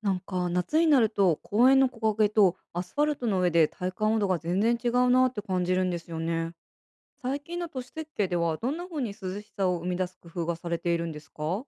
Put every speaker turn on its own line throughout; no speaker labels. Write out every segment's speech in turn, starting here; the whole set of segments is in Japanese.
なんか夏になると公園の木陰とアスファルトの上で体感温度が全然違うなって感じるんですよね。最近の都市設計ではどんな風に涼しさを生み出す工夫がされているんですか？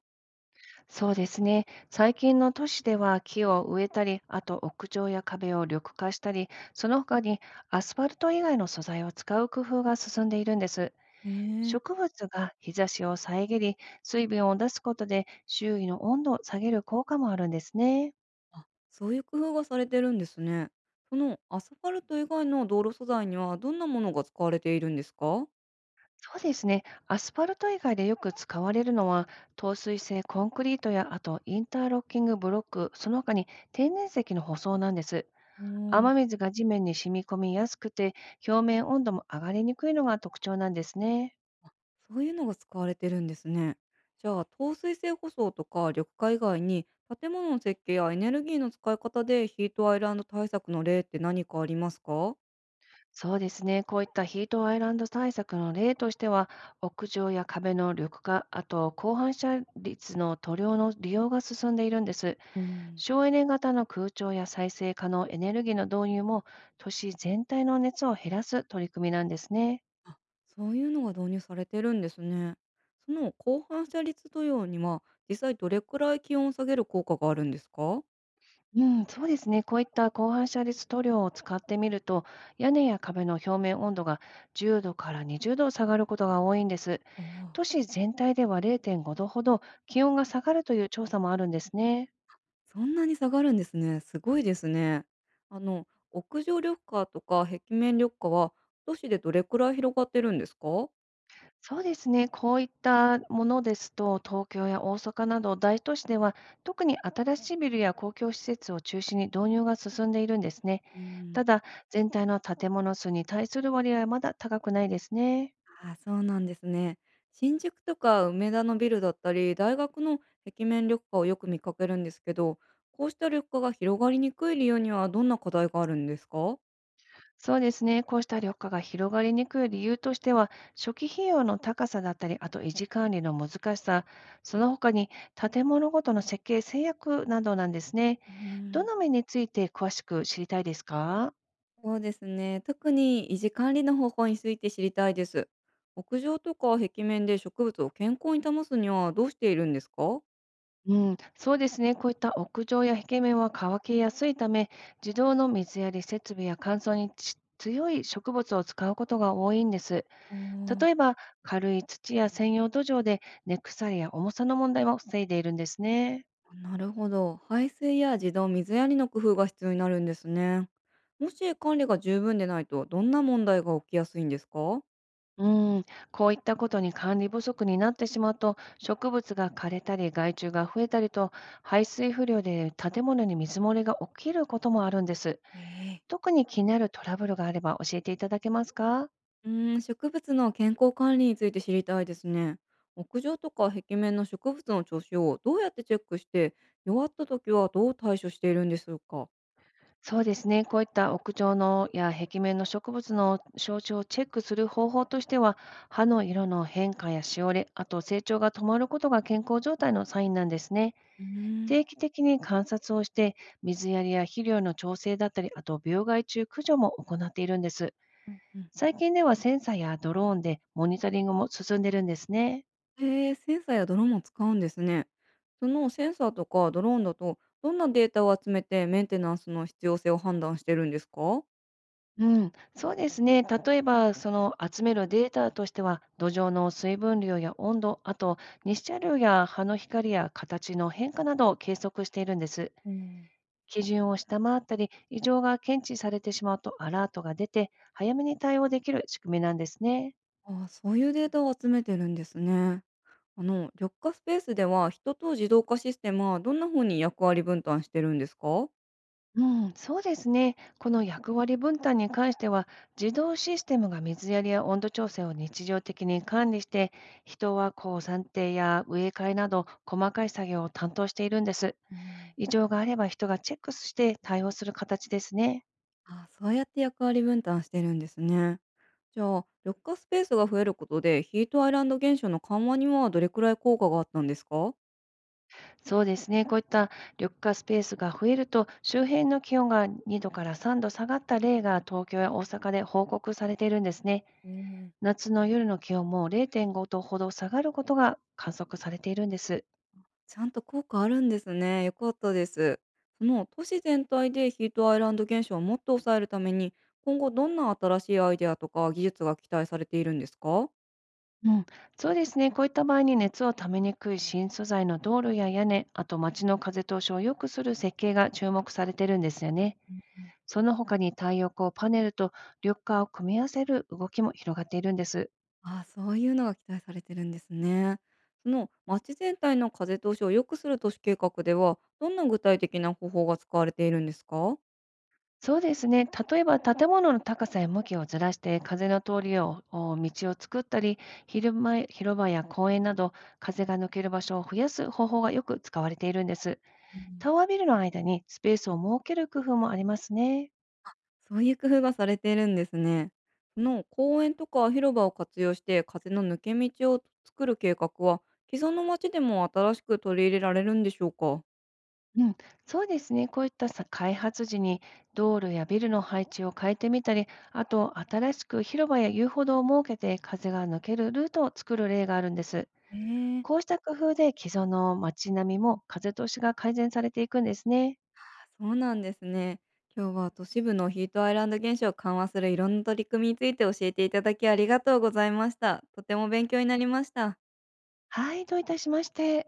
そうですね。最近の都市では木を植えたり、あと屋上や壁を緑化したり、その他にアスファルト以外の素材を使う工夫が進んでいるんです。
ええ。
植物が日差しを遮り、水分を出すことで周囲の温度を下げる効果もあるんですね。
あ、そういう工夫がされてるんですね。そのアスファルト以外の道路素材にはどんなものが使われているんですか？
そうですね。アスファルト以外でよく使われるのは、透水性コンクリートや、あとインターロッキングブロック、その他に天然石の舗装なんです。
お
雨
ー。
水が地面に染み込みやすくて、表面温度も上がりにくいのが特徴なんですね。
そういうのが使われてるんですね。じゃあ、透水性舗装とか緑化以外に、建物の設計やエネルギーの使い方でヒートアイランド対策の例って何かありますか？
そうですね。こういったヒートアイランド対策の例としては、屋上や壁の緑化、あと高反射率の塗料の利用が進んでいるんです。
うん、
省エネ型の空調や再生可能エネルギーの導入も、都市全体の熱を減らす取り組みなんですね。
そういうのが導入されてるんですね。その高反射率塗料には、実際どれくらい気温を下げる効果があるんですか？
うん、そうですね。こういった高反射率塗料を使ってみると、屋根や壁の表面温度が10度から20度下がることが多いんです。
おー。
都市全体では0.5度ほど気温が下がるという調査もあるんですね。
そんなに下がるんですね。すごいですね。あの、屋上緑化とか壁面緑化は、都市でどれくらい広がってるんですか？
そうですね。こういったものですと、東京や大阪など大都市では、特に新しいビルや公共施設を中心に導入が進んでいるんですね。
う
た
ん。
だ、全体の建物数に対する割合はまだ高くないですね。
ああ、そうなんですね。新宿とか梅田のビルだったり、大学の壁面緑化をよく見かけるんですけど、こうした緑化が広がりにくい理由にはどんな課題があるんですか？
そうですね。こうした緑化が広がりにくい理由としては、初期費用の高さだったり、あと維持管理の難しさ、その他に建物ごとの設計制約などなんですね。
う
ど
ん。
の面について詳しく知りたいですか？
そうですね。特に維持管理の方法について知りたいです。屋上とか壁面で植物を健康に保つにはどうしているんですか？
うん、そうですね。こういった屋上や壁面は乾きやすいため、自動の水やり設備や乾燥にち強い植物を使うことが多いんです。
おー。
例えば、軽い土や専用土壌で根腐りや重さの問題も防いでいるんですね。
なるほど。排水や自動水やりの工夫が必要になるんですね。もし管理が十分でないと、どんな問題が起きやすいんですか？
うん、こういったことに管理不足になってしまうと、植物が枯れたり害虫が増えたりと、排水不良で建物に水漏れが起きることもあるんです。
ね、え。
特に気になるトラブルがあれば教えていただけますか？
うーん、植物の健康管理について知りたいですね。屋上とか壁面の植物の調子をどうやってチェックして、弱った時はどう対処しているんでしょうか。
そうですね、こういった屋上のや壁面の植物の象徴をチェックする方法としては、葉の色の変化やしおれ、あと成長が止まることが健康状態のサインなんですね。
うーん。
定期的に観察をして、水やりや肥料の調整だったり、あと病害虫駆除も行っているんです。
うんうん。
最近ではセンサーやドローンでモニタリングも進んでるんですね。
へえ、センサーやドローンも使うんですね。そのセンサーとかドローンだと、どんなデータを集めてメンテナンスの必要性を判断してるんですか？
うん、そうですね。例えば、その集めるデータとしては、土壌の水分量や温度、あと日射量や葉の光や形の変化などを計測しているんです。
うん。
基準を下回ったり、異常が検知されてしまうとアラートが出て、早めに対応できる仕組みなんですね。
ああ、そういうデータを集めてるんですね。あの、緑化スペースでは人と自動化システムはどんな風に役割分担してるんですか？
うん、そうですね。この役割分担に関しては、自動システムが水やりや温度調整を日常的に管理して、人はこう算定や植え替えなど細かい作業を担当しているんです。
うん、
異常があれば人がチェックして対応する形ですね。
ああ、そうやって役割分担してるんですね。じゃあ、緑化スペースが増えることでヒートアイランド現象の緩和にはどれくらい効果があったんですか？
そうですね。こういった緑化スペースが増えると、周辺の気温が2度から3度下がった例が東京や大阪で報告されているんですね。
うん。
夏の夜の気温も0.5度ほど下がることが観測されているんです。
ちゃんと効果あるんですね。よかったです。その都市全体でヒートアイランド現象をもっと抑えるために、今後どんな新しいアイデアとか技術が期待されているんですか？
うん、そうですね。こういった場合に熱をためにくい新素材の道路や屋根、あと街の風通しを良くする設計が注目されてるんですよね。
うん。
その他に太陽光パネルと緑化を組み合わせる動きも広がっているんです。
ああ、そういうのが期待されてるんですね。その町全体の風通しを良くする都市計画では、どんな具体的な方法が使われているんですか？
そうですね。例えば建物の高さや向きをずらして風の通りをお道を作ったり、昼間広場や公園など風が抜ける場所を増やす方法がよく使われているんです。
うん、
タワービルの間にスペースを設ける工夫もありますね。
そういう工夫がされているんですね。その公園とか広場を活用して風の抜け道を作る計画は、既存の町でも新しく取り入れられるんでしょうか？
うん、そうですね。こういったさ開発時に道路やビルの配置を変えてみたり、あと新しく広場や遊歩道を設けて風が抜けるルートを作る例があるんです。
ええ。
こうした工夫で既存の街並みも風通しが改善されていくんですね。
そうなんですね。今日は都市部のヒートアイランド現象を緩和するいろんな取り組みについて教えていただきありがとうございました。とても勉強になりました。
はい、どういたしまして。